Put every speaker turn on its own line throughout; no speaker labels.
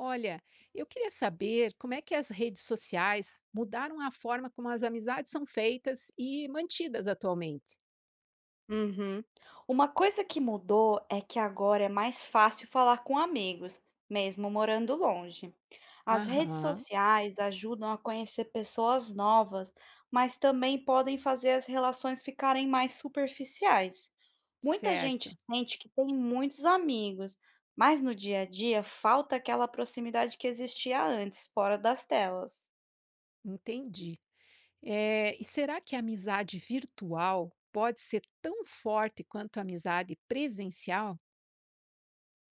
Olha, eu queria saber como é que as redes sociais mudaram a forma como as amizades são feitas e mantidas atualmente.
Uhum. Uma coisa que mudou é que agora é mais fácil falar com amigos, mesmo morando longe. As redes
Aham,
sociais ajudam a conhecer pessoas novas, mas também podem fazer as relações ficarem mais superficiais. Muita gente
certo,
sente que tem muitos amigos, mas no dia a dia falta aquela proximidade que existia antes, fora das telas.
entendi. É, e será que a amizade virtual pode ser tão forte quanto a amizade presencial?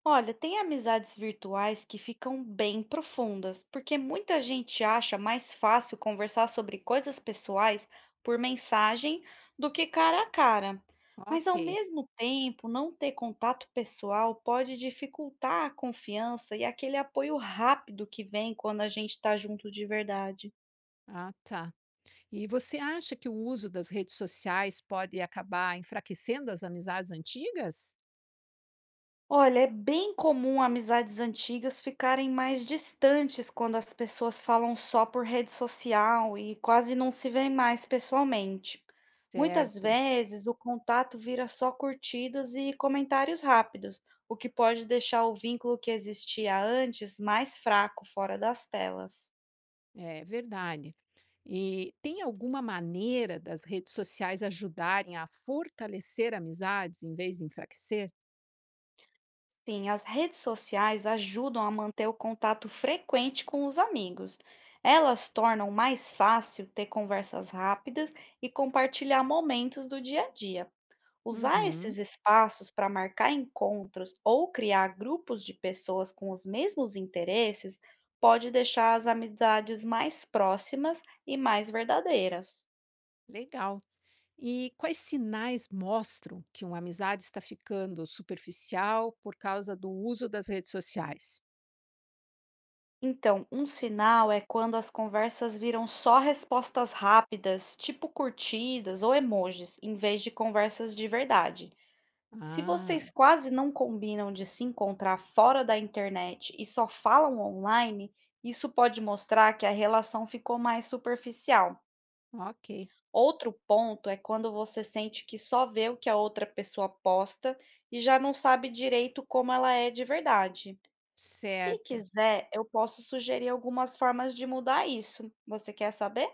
Olha, tem amizades virtuais que ficam bem profundas, porque muita gente acha mais fácil conversar sobre coisas pessoais por mensagem do que cara a cara. Mas
Ok,
ao mesmo tempo, não ter contato pessoal pode dificultar a confiança e aquele apoio rápido que vem quando a gente está junto de verdade.
ah tá. E você acha que o uso das redes sociais pode acabar enfraquecendo as amizades antigas?
Olha, é bem comum amizades antigas ficarem mais distantes quando as pessoas falam só por rede social e quase não se veem mais pessoalmente. Muitas
Certo.
vezes o contato vira só curtidas e comentários rápidos, o que pode deixar o vínculo que existia antes mais fraco fora das telas.
É verdade. E tem alguma maneira das redes sociais ajudarem a fortalecer amizades em vez de enfraquecer?
Sim, as redes sociais ajudam a manter o contato frequente com os amigos. Elas tornam mais fácil ter conversas rápidas e compartilhar momentos do dia a dia. Usar
Uhum,
esses espaços para marcar encontros ou criar grupos de pessoas com os mesmos interesses pode deixar as amizades mais próximas e mais verdadeiras.
legal. E quais sinais mostram que uma amizade está ficando superficial por causa do uso das redes sociais?
Então, um sinal é quando as conversas viram só respostas rápidas, tipo curtidas ou emojis, em vez de conversas de verdade. Se
Ah,
vocês quase não combinam de se encontrar fora da internet e só falam online, isso pode mostrar que a relação ficou mais superficial.
ok,
Outro ponto é quando você sente que só vê o que a outra pessoa posta e já não sabe direito como ela é de verdade. Se
certo.
quiser, eu posso sugerir algumas formas de mudar isso. Você quer saber?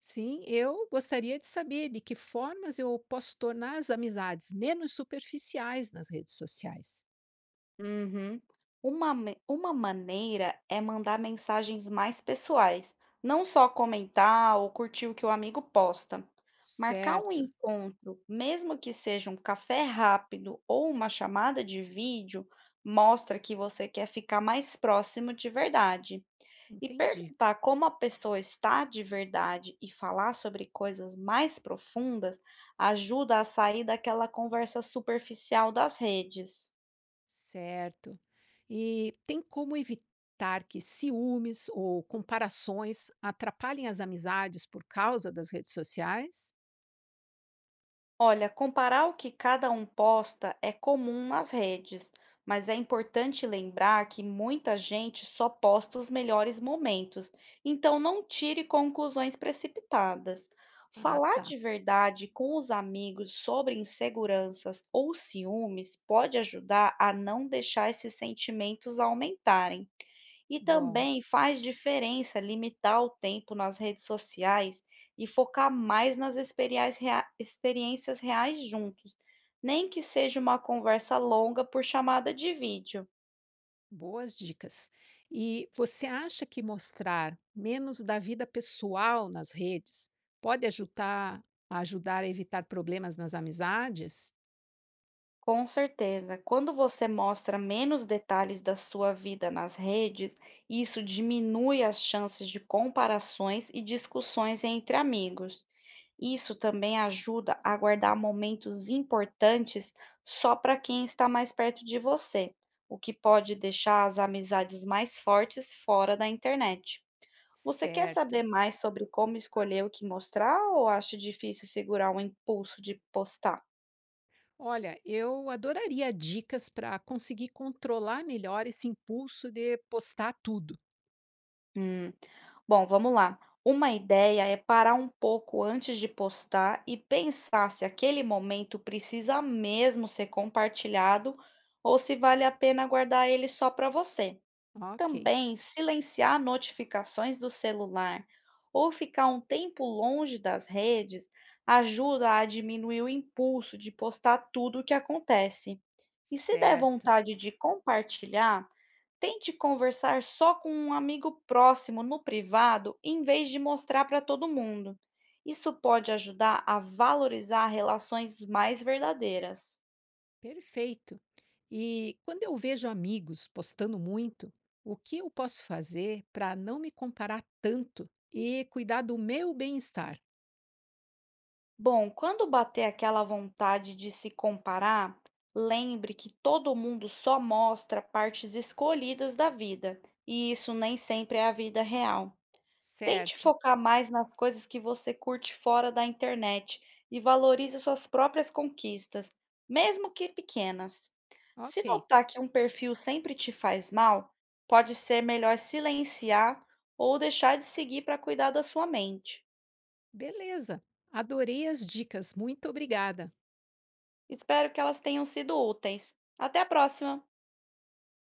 Sim, eu gostaria de saber de que formas eu posso tornar as amizades menos superficiais nas redes sociais.
Uhum. Uma maneira é mandar mensagens mais pessoais, não só comentar ou curtir o que o amigo posta. Marcar um
Certo,
encontro, mesmo que seja um café rápido ou uma chamada de vídeo, mostra que você quer ficar mais próximo de verdade. E
entendi.
perguntar como a pessoa está de verdade e falar sobre coisas mais profundas ajuda a sair daquela conversa superficial das redes.
Certo. E tem como evitar que ciúmes ou comparações atrapalhem as amizades por causa das redes sociais?
Olha, comparar o que cada um posta é comum nas redes, mas é importante lembrar que muita gente só posta os melhores momentos, então não tire conclusões precipitadas.
Ah,
Falar
tá.
de verdade com os amigos sobre inseguranças ou ciúmes pode ajudar a não deixar esses sentimentos aumentarem. E
Bom,
também faz diferença limitar o tempo nas redes sociais e focar mais nas experiências reais juntos, nem que seja uma conversa longa por chamada de vídeo.
boas dicas. E você acha que mostrar menos da vida pessoal nas redes pode ajudar, a evitar problemas nas amizades?
Com certeza. Quando você mostra menos detalhes da sua vida nas redes, isso diminui as chances de comparações e discussões entre amigos. Isso também ajuda a guardar momentos importantes só para quem está mais perto de você, o que pode deixar as amizades mais fortes fora da internet. Você quer
Certo.
saber mais sobre como escolher o que mostrar ou acha difícil segurar o impulso de postar?
Olha, eu adoraria dicas para conseguir controlar melhor esse impulso de postar tudo.
Hum. Bom, vamos lá. Uma ideia é parar um pouco antes de postar e pensar se aquele momento precisa mesmo ser compartilhado ou se vale a pena guardar ele só para você.
Ok.
Também silenciar notificações do celular ou ficar um tempo longe das redes ajuda a diminuir o impulso de postar tudo o que acontece. E se der
Certo,
vontade de compartilhar, tente conversar só com um amigo próximo no privado em vez de mostrar para todo mundo. Isso pode ajudar a valorizar relações mais verdadeiras.
perfeito. E quando eu vejo amigos postando muito, o que eu posso fazer para não me comparar tanto e cuidar do meu bem-estar?
Bom, quando bater aquela vontade de se comparar, lembre que todo mundo só mostra partes escolhidas da vida, e isso nem sempre é a vida real. Tente
Certo,
focar mais nas coisas que você curte fora da internet e valorize suas próprias conquistas, mesmo que pequenas. Se
ok,
notar que um perfil sempre te faz mal, pode ser melhor silenciar ou deixar de seguir para cuidar da sua mente.
beleza. Adorei as dicas, muito obrigada.
Espero que elas tenham sido úteis. Até a próxima!